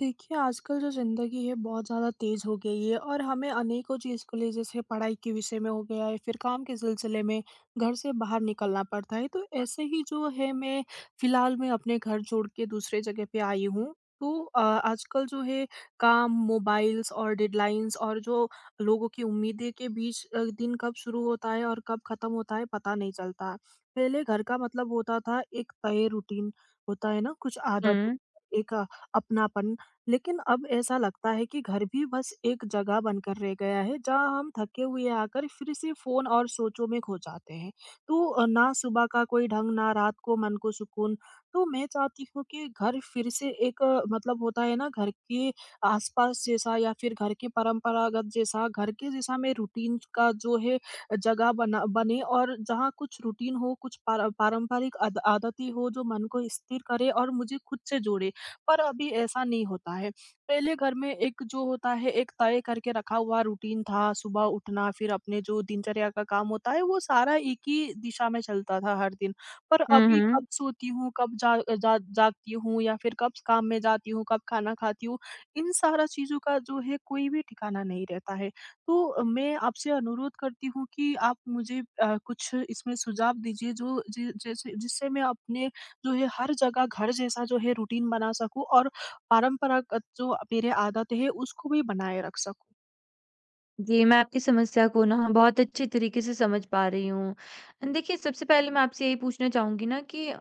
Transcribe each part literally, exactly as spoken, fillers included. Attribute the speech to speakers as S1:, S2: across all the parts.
S1: देखिए, आजकल जो ज़िंदगी है बहुत ज़्यादा तेज़ हो गई है और हमें अनेकों चीज़ को लिए जैसे पढ़ाई के विषय में हो गया है, फिर काम के सिलसिले में घर से बाहर निकलना पड़ता है। तो ऐसे ही जो है मैं फ़िलहाल मैं अपने घर छोड़ के दूसरे जगह पे आई हूँ। तो अ, आजकल जो है काम, मोबाइल्स और डेडलाइन्स और जो लोगों की उम्मीदें के बीच अ, दिन कब शुरू होता है और कब ख़त्म होता है पता नहीं चलता। पहले घर का मतलब होता था एक तय रूटीन, होता है ना, कुछ आदतें,
S2: हुँ।
S1: एक अ, अपनापन। लेकिन अब ऐसा लगता है कि घर भी बस एक जगह बनकर रह गया है जहाँ हम थके हुए आकर फिर से फ़ोन और सोचों में खो जाते हैं। तो अ, ना सुबह का कोई ढंग, ना रात को मन को सुकून। तो मैं चाहती हूँ कि घर फिर से एक, अ, मतलब होता है ना, घर के आस-पास जैसा या फिर घर के परंपरागत जैसा, घर के जैसा मैं रूटीन का जो है जगह बना बने, और जहाँ कुछ रूटीन हो, कुछ पार पारंपरिक आद आदतें हो जो मन को स्थिर करे और मुझे खुद से जोड़े। पर अभी ऐसा नहीं होता है। पहले घर में एक, जो होता है, एक तय करके रखा हुआ रूटीन था, सुबह उठना फिर अपने जो दिनचर्या का काम होता है वो सारा एक ही दिशा में चलता था हर दिन। पर
S2: हुँ,
S1: अभी
S2: हुँ।
S1: कब सोती हूँ, कब जा जा जागती हूँ या फिर कब काम में जाती हूँ, कब खाना खाती हूँ, इन सारा चीज़ों का जो है कोई भी ठिकाना नहीं रहता है। तो मैं आपसे अनुरोध करती हूँ कि आप मुझे अ, कुछ इसमें सुझाव दीजिए जो जि जैसे जिससे मैं अपने जो है हर जगह घर जैसा जो है रूटीन बना सकूँ और परंपरागत जो मेरे आदत है उसको भी बनाए रख सकूँ।
S2: जी, मैं आपकी समस्या को ना बहुत अच्छे तरीके से समझ पा रही हूँ। देखिए, सबसे पहले मैं आपसे यही पूछना चाहूँगी ना कि अ,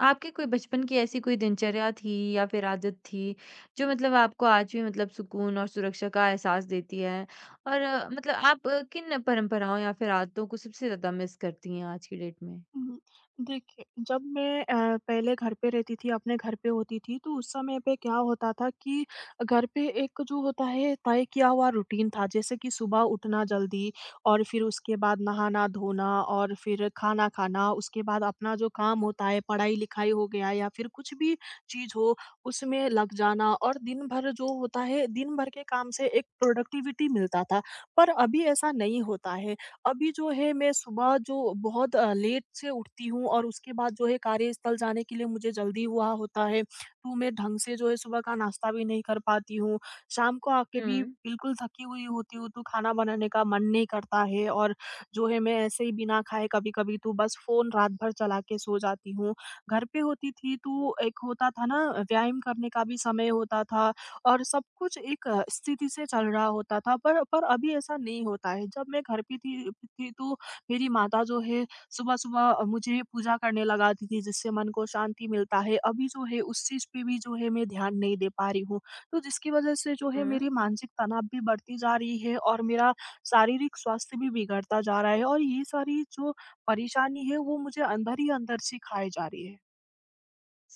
S2: आपके कोई बचपन की ऐसी कोई दिनचर्या थी या फिर आदत थी, जो मतलब आपको आज भी मतलब सुकून और सुरक्षा का एहसास देती है? और अ, मतलब आप अ, किन परंपराओं या फिर आदतों को सबसे ज़्यादा मिस करती हैं आज की डेट में?
S1: हुँ। देखिए, जब मैं अ, पहले घर पे रहती थी, अपने घर पे होती थी, तो उस समय पे क्या होता था कि घर पे एक, जो होता है, तय किया हुआ रूटीन था, जैसे कि सुबह उठना जल्दी, और फिर उसके बाद नहाना-धोना और फिर खाना खाना, उसके बाद अपना जो काम होता है, पढ़ाई-लिखाई हो गया या फिर कुछ भी चीज़ हो, उसमें लग जाना, और दिन भर जो होता है, दिन भर के काम से एक प्रोडक्टिविटी मिलता था। पर अभी ऐसा नहीं होता है। अभी जो है मैं सुबह जो बहुत अ, लेट से उठती हूँ और उसके बाद जो है कार्यस्थल जाने के लिए मुझे जल्दी हुआ होता है, तो मैं ढंग से जो है सुबह का नाश्ता भी नहीं कर पाती हूँ। शाम को आके
S2: हुँ।
S1: भी बिल्कुल थकी हुई होती हूँ तो खाना बनाने का मन नहीं करता है, और जो है मैं ऐसे ही बिना खाए कभी-कभी तो बस फ़ोन रात भर चला के सो जाती हूँ। घर पे होती थी तो एक होता था ना, व्यायाम करने का भी समय होता था, और सब कुछ एक अ, स्थिति से चल रहा होता था, पर पर अभी ऐसा नहीं होता है। जब मैं घर पे थी थी तो मेरी माता जो है सुबह-सुबह अ, मुझे पूजा करने लगाती थी, जिससे मन को शांति मिलता है। अभी जो है उस चीज़ पे भी जो है मैं ध्यान नहीं दे पा रही हूँ। तो जिसकी वज़ह से जो है मेरी
S2: हुँ।
S1: मानसिक तनाव भी बढ़ती जा रही है और मेरा शारीरिक स्वास्थ्य भी बिगड़ता जा रहा है, और ये सारी जो परेशानी है वो मुझे अंदर ही अंदर से खाए जा रही है।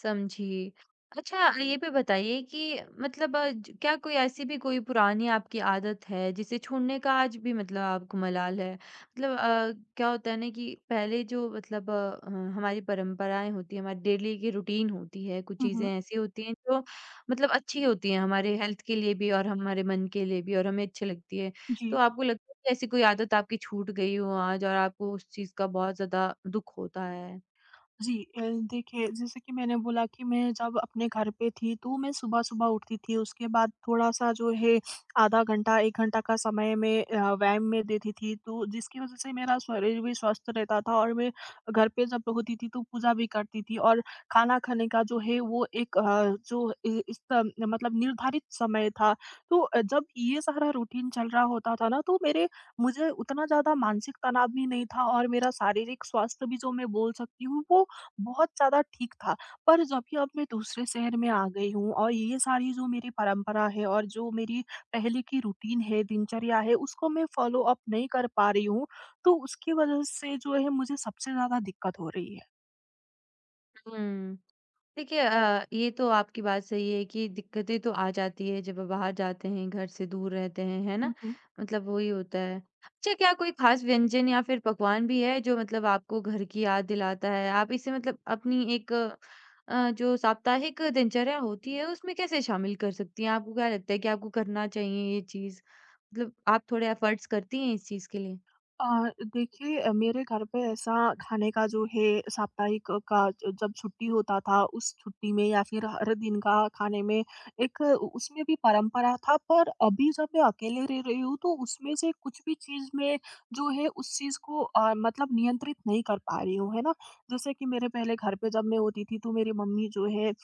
S2: समझी। अच्छा ये भी बताइए कि मतलब अ, ज क्या कोई ऐसी भी कोई पुरानी आपकी आदत है जिसे छोड़ने का आज भी मतलब आपको मलाल है? मतलब अ, क्या होता है ना कि पहले जो मतलब अ, अ, हमारी परंपराएँ होती हैं, हमारी डेली की रूटीन होती है, कुछ
S1: हुँ,
S2: चीज़ें
S1: हुँ।
S2: ऐसी होती हैं जो मतलब अच्छी होती हैं हमारे हेल्थ के लिए भी और हमारे मन के लिए भी और हमें अच्छी लगती है।
S1: जी।
S2: तो आपको लगता है कि ऐसी कोई आदत आपकी छूट गई हो आज और आपको उस चीज़ का बहुत ज़्यादा दुःख होता है?
S1: जी, अ, देखिए, जैसे कि मैंने बोला कि मैं जब अपने घर पे थी तो मैं सुबह-सुबह उठती थी। उसके बाद थोड़ा-सा जो है आधा घंटा एक घंटा का समय मैं अ, व्यायाम में देती थी, तो जिसकी वज़ह से मेरा शरीर भी स्वस्थ रहता था, और मैं घर पे जब होती थी तो पूजा भी करती थी, और खाना खाने का जो है वो एक, अ, जो इ इस त मतलब, निर्धारित समय था। तो अ, जब ये सारा रूटीन चल रहा होता था ना, तो मेरे मुझे उतना ज़्यादा मानसिक तनाव भी नहीं था, और मेरा शारीरिक स्वास्थ्य भी, जो मैं बोल सकती हूँ, वो बहुत ज़्यादा ठीक था। पर जब भी अब मैं दूसरे शहर में आ गई हूँ और ये सारी जो मेरी परंपरा है और जो मेरी पहले की रूटीन है, दिनचर्या है, उसको मैं फ़ॉलो अप नहीं कर पा रही हूँ, तो उसकी वजह से जो है मुझे सबसे ज़्यादा दिक्कत हो रही
S2: हुँ। देखिए अ, ये तो आपकी बात सही है कि दिक्कतें तो आ जाती है जब बाहर जाते हैं, घर से दूर रहते हैं, है ना?
S1: है।
S2: मतलब वही होता है। अच्छा क्या कोई खास व्यंजन या फिर पकवान भी है जो मतलब आपको घर की याद दिलाता है? आप इसे मतलब अपनी एक अ, जो साप्ताहिक दिनचर्या होती है उसमें कैसे शामिल कर सकती हैं? आपको क्या लगता है कि आपको करना चाहिए ये चीज़? मतलब आप थोड़े एफर्ट्स करती हैं इस चीज़ के लिए?
S1: अ, देखिए, अ, मेरे घर पे ऐसा खाने का जो है साप्ताहिक का, ज- जब छुट्टी होता था उस छुट्टी में, या फिर हर दिन का खाने में एक अ, उ- उसमें भी परंपरा था, पर अभी जब मैं अकेले रह रही हूँ तो उसमें से कुछ भी चीज में जो है उस चीज को अ, मतलब नियंत्रित नहीं कर पा रही हूँ, है ना। जैसे कि मेरे पहले घर पे जब मैं होती थी तो मेरी मम्मी जो है अ,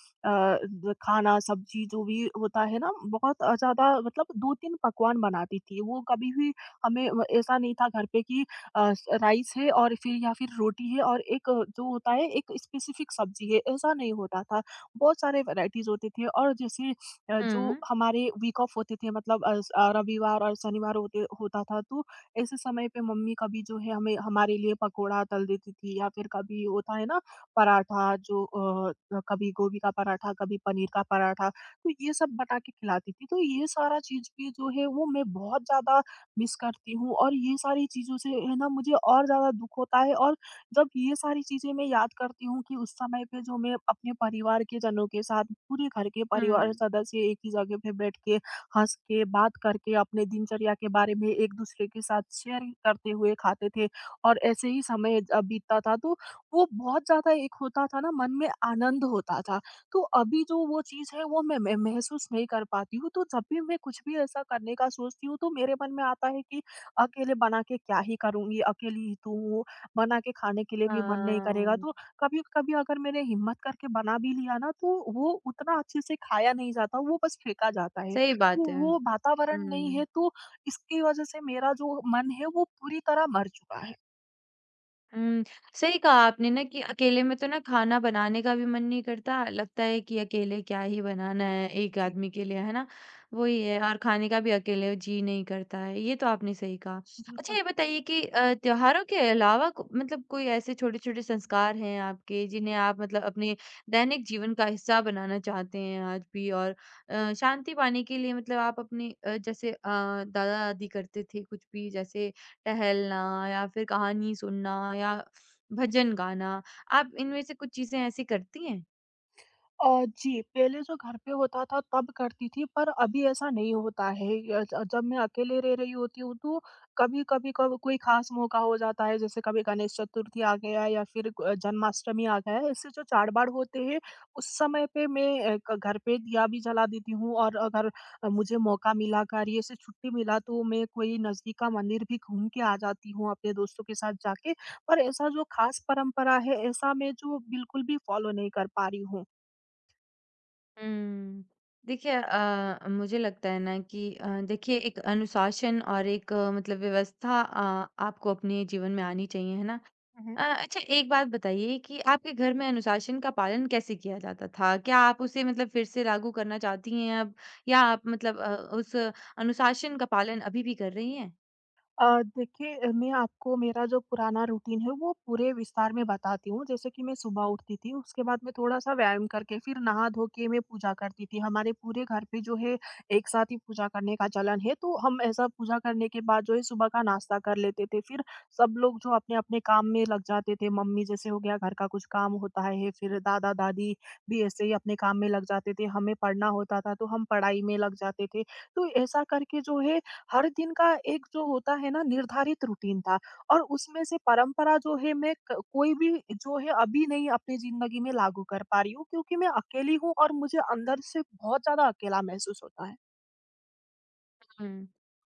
S1: ज- खाना सब्जी जो भी होता है ना बहुत अ, ज्यादा, मतलब दो तीन पकवान बनाती थी, वो कभी भी हमें, व ऐसा नहीं था घर पे कि अ, स राइस है और फिर, या फिर रोटी है और एक, अ, जो होता है, एक स्पेसिफिक सब्ज़ी है, ऐसा नहीं होता था। बहुत सारे वैराइटीज़ होते थे, और जैसे अ, जो
S2: हुँ,
S1: हमारे वीक ऑफ होते थे, मतलब अ, स अ, रविवार और शनिवार होते होता था, तो ऐसे समय पे मम्मी कभी जो है हमें, हमारे लिए पकोड़ा तल देती थी, या फिर कभी होता है ना पराठा, जो अ, कभी गोभी का पराठा, कभी पनीर का पराठा, तो ये सब बना के खिलाती थी। तो ये सारा चीज़ भी जो है वो मैं बहुत ज़्यादा मिस करती हूँ, और ये सारी चीज़ों से है ना मुझे और ज़्यादा दुःख होता है, और जब ये सारी चीज़ें मैं याद करती हूँ कि उस समय पे जो मैं अपने परिवार के जनों के साथ, पूरे घर के परिवार
S2: हुँ।
S1: सदस्य एक ही जगह पे बैठ के, हँस के बात करके अपने दिनचर्या के बारे में एक दूसरे के साथ शेयर करते हुए खाते थे, और ऐसे ही समय अ, बीतता था, तो वो बहुत ज़्यादा, एक होता था ना मन में आनंद होता था। तो अभी जो वो चीज़ है वो मैं मैं महसूस नहीं कर पाती हूँ, तो जब भी मैं कुछ भी ऐसा करने का सोचती हूँ तो मेरे मन में आता है कि अकेले बना के क्या ही करूँगी, अकेली ही तो हूँ, बना के खाने के लिए
S2: अ,
S1: भी मन नहीं करेगा। तो कभी-कभी अगर मैंने हिम्मत करके बना भी लिया ना, तो वो उतना अच्छे से खाया नहीं जाता, वो बस फेंका जाता है।
S2: सही
S1: वो
S2: बात है।
S1: वो वातावरण नहीं है,
S2: हुँ।
S1: तो इसकी वज़ह से मेरा जो मन है वो पूरी तरह मर चुका है।
S2: हुँ, सही कहा आपने ना कि अकेले में तो ना खाना बनाने का भी मन नहीं करता, लगता है कि अकेले क्या ही बनाना है एक
S1: जी,
S2: आदमी के लिए, है ना? वही है और खाने का भी अकेले जी नहीं करता है, ये तो आपने सही कहा। अच्छा
S1: बिल्कुल।
S2: ये बताइए कि अ, त्योहारों के अलावा को मतलब कोई ऐसे छोटे-छोटे संस्कार हैं आपके जिन्हें आप मतलब अपने दैनिक जीवन का हिस्सा बनाना चाहते हैं आज भी और अ, शांति पाने के लिए मतलब आप अपने अ, जैसे अ, दादा-दादी करते थे कुछ भी जैसे टहलना या फिर कहानी सुनना या भजन गाना, आप इनमें से कुछ चीज़ें ऐसी करती हैं?
S1: अ, जी, पहले जो घर पे होता था तब करती थी, पर अभी ऐसा नहीं होता है। अ, ज जब मैं अकेले रह रही होती हूँ, तो कभी-कभी कब कोई ख़ास मौका हो जाता है, जैसे कभी गणेश चतुर्थी आ गया या फिर क जन्माष्टमी आ गया है। ऐसे जो चार-बाड़ होते हैं उस समय पे मैं अ, क घर पे दिया भी जला देती हूँ, और अगर अ, मुझे मौका मिला, कार्य से छुट्टी मिला, तो मैं कोई नज़दीक का मंदिर भी घूम के आ जाती हूँ अपने दोस्तों के साथ जाके। पर ऐसा जो ख़ास परंपरा है ऐसा मैं जो बिल्कुल भी फ़ॉलो नहीं कर पा रही हूँ।
S2: हुँ। देखिए अ, मुझे लगता है ना कि अ, देखिए एक अनुशासन और एक अ, मतलब व्यवस्था अ, आपको अपने जीवन में आनी चाहिए, है ना? अ, अच्छा एक बात बताइए कि आपके घर में अनुशासन का पालन कैसे किया जाता था? क्या आप उसे मतलब फिर से लागू करना चाहती हैं अब या आप मतलब अ, उस अनुशासन का पालन अभी भी कर रही हैं?
S1: अ, देखिए, अ, मैं आपको मेरा जो पुराना रूटीन है वो पूरे विस्तार में बताती हूँ। जैसे कि मैं सुबह उठती थी, उसके बाद मैं थोड़ा-सा व्यायाम करके फिर नहा धो के मैं पूजा करती थी। हमारे पूरे घर पे जो है एक साथ ही पूजा करने का चलन है, तो हम ऐसा पूजा करने के बाद जो है सुबह का नाश्ता कर लेते थे। फिर सब लोग जो अपने-अपने काम में लग जाते थे, मम्मी जैसे हो गया घर का कुछ काम होता है, फिर दादा-दादी भी ऐसे ही अपने काम में लग जाते थे। हमें पढ़ना होता था तो हम पढ़ाई में लग जाते थे। तो ऐसा करके जो है हर दिन का एक, जो होता है ना, निर्धारित रूटीन था, और उसमें से परंपरा जो है मैं क- कोई भी जो है अभी नहीं अपनी जिंदगी में लागू कर पा रही हूँ, क्योंकि मैं अकेली हूँ और मुझे अंदर से बहुत ज्यादा अकेला महसूस होता है।
S2: हुँ।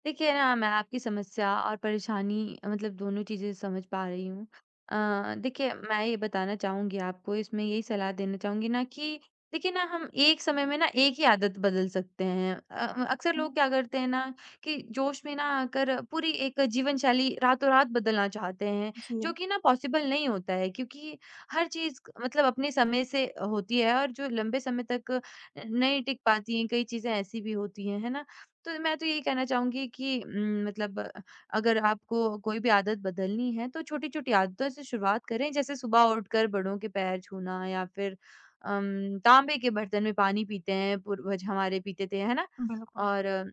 S2: देखिए ना, मैं आपकी समस्या और परेशानी मतलब दोनों चीज़ें समझ पा रही हूँ। अ, देखिए मैं ये बताना चाहूँगी आपको इसमें यही सलाह देना चाहूँगी ना कि देखिए ना हम एक समय में ना एक ही आदत बदल सकते हैं। अ, अक्सर लोग
S1: हम्म,
S2: क्या करते हैं ना कि जोश में ना आकर पूरी एक जीवन शैली रातों-रात बदलना चाहते हैं,
S1: जी।
S2: जो कि ना पॉसिबल नहीं होता है क्योंकि हर चीज़ मतलब अपने समय से होती है और जो लंबे समय तक नहीं टिक पाती हैं, कई चीज़ें ऐसी भी होती हैं, है ना? तो मैं तो यही कहना चाहूँगी कि उम, मतलब अ, अगर आपको कोई भी आदत बदलनी है, तो छोटी-छोटी आदतों से शुरुआत करें। जैसे सुबह उठकर बड़ों के पैर छूना या फिर अम, तांबे के बर्तन में पानी पीते हैं, पूर्वज हमारे पीते थे, है ना?
S1: बिल्कुल।
S2: और अ,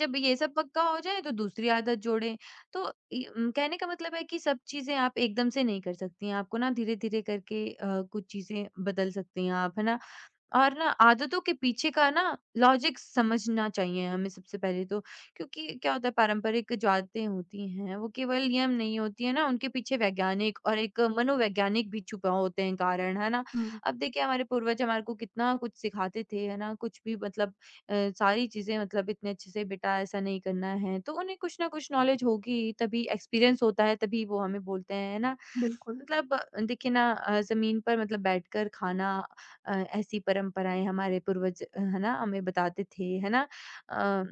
S2: जब ये सब पक्का हो जाए, तो दूसरी आदत जोड़ें। तो इ उम, कहने का मतलब है कि सब चीज़ें आप एकदम से नहीं कर सकती हैं। आपको ना धीरे-धीरे करके अ, कुछ चीज़ें बदल सकती हैं आप, है ना? और ना आदतों के पीछे का ना लॉजिक समझना चाहिए हमें सबसे पहले तो। क्योंकि क्या होता है पारंपरिक जो आदतें होती हैं वो केवल नियम नहीं होती है ना, उनके पीछे वैज्ञानिक और एक मनोवैज्ञानिक भी छुपा होते हैं कारण, है ना?
S1: हम्म।
S2: अब देखिए हमारे पूर्वज हमारे को कितना कुछ सिखाते थे, है ना? कुछ भी मतलब अ, सारी चीज़ें मतलब इतने अच्छे से बेटा ऐसा नहीं करना है, तो उन्हें कुछ ना कुछ नॉलेज होगी, तभी एक्सपीरियंस होता है, तभी वो हमें बोलते हैं, है ना?
S1: बिल्कुल।
S2: मतलब देखिए ना अ, ज़मीन पर मतलब बैठकर खाना अ, ऐसी परंपराएँ हमारे पूर्वज अ, है ना, हमें बताते थे, है ना? अ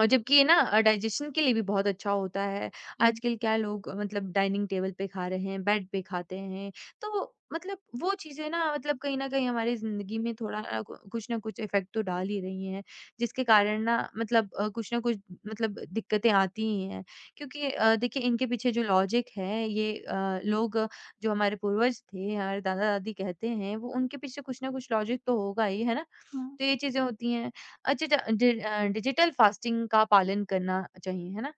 S2: और जबकि ये ना अ, डाइजेशन के लिए भी बहुत अच्छा होता है।
S1: जी।
S2: आजकल क्या लोग अ, मतलब डाइनिंग टेबल पे खा रहे हैं, बेड पे खाते हैं। तो मतलब वो चीज़ें ना मतलब कहीं न कहीं हमारी ज़िंदगी में थोड़ा अ, कु कुछ ना कुछ इफ़ेक्ट तो डाल ही रही हैं, जिसके कारण ना मतलब अ, कुछ ना कुछ मतलब दिक्कतें आती ही हैं। क्योंकि अ, देखिए इनके पीछे जो लॉजिक है ये अ, लोग अ, जो हमारे पूर्वज थे, हमारे दादा-दादी कहते हैं, वो उनके पीछे कुछ ना कुछ लॉजिक तो होगा ही, है ना?
S1: हम्म।
S2: तो ये चीज़ें होती हैं। अच्छा, ड अ, डिजिटल फास्टिंग का पालन करना चाहिए, है ना?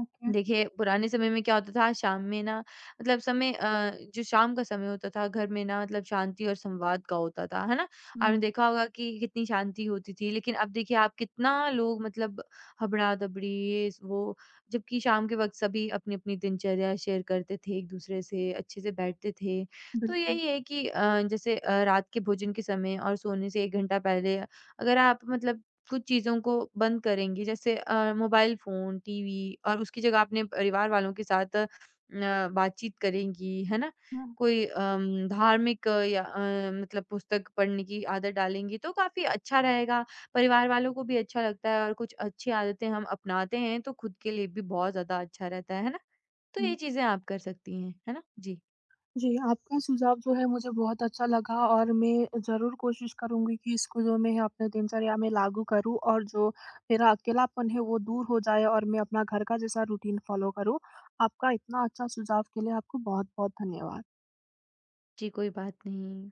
S1: ओके।
S2: देखिए, पुराने समय में क्या होता था शाम में ना मतलब समय अ, जो शाम का समय होता था घर में ना मतलब शांति और संवाद का होता था, है ना? आपने
S1: हम्म।
S2: देखा होगा कि कितनी शांति होती थी, लेकिन अब देखिए आप कितना लोग मतलब हबड़ा-दबड़ी ये वो जबकि शाम के वक़्त सभी अपनी-अपनी दिनचर्या शेयर करते थे एक-दूसरे से, अच्छे से बैठते थे। तो
S1: बिल्कुल।
S2: यही है कि अ, जैसे अ, रात के भोजन के समय और सोने से एक घंटा पहले अगर आप मतलब कुछ चीज़ों को बंद करेंगी जैसे अ, मोबाइल फ़ोन, टीवी और उसकी जगह अपने परिवार वालों के साथ अ, बातचीत करेंगी, है ना?
S1: हम्म।
S2: कोई अम, धार्मिक अ, या अ, मतलब पुस्तक पढ़ने की आदत डालेंगी तो काफ़ी अच्छा रहेगा, परिवार वालों को भी अच्छा लगता है और कुछ अच्छी आदतें हम अपनाते हैं तो खुद के लिए भी बहुत ज़्यादा अच्छा रहता है, है ना? तो ये
S1: जी।
S2: चीज़ें आप कर सकती हैं, है ना? जी।
S1: जी, आपका सुझाव जो है मुझे बहुत अच्छा लगा, और मैं ज़रूर कोशिश करूँगी कि इसको जो, मैं अपने दिनचर्या में लागू करूँ और जो मेरा अकेलापन है वो दूर हो जाए और मैं अपना घर का जैसा रूटीन फ़ॉलो करूँ। आपका इतना अच्छा सुझाव के लिए आपको बहुत-बहुत धन्यवाद।
S2: जी, कोई बात नहीं।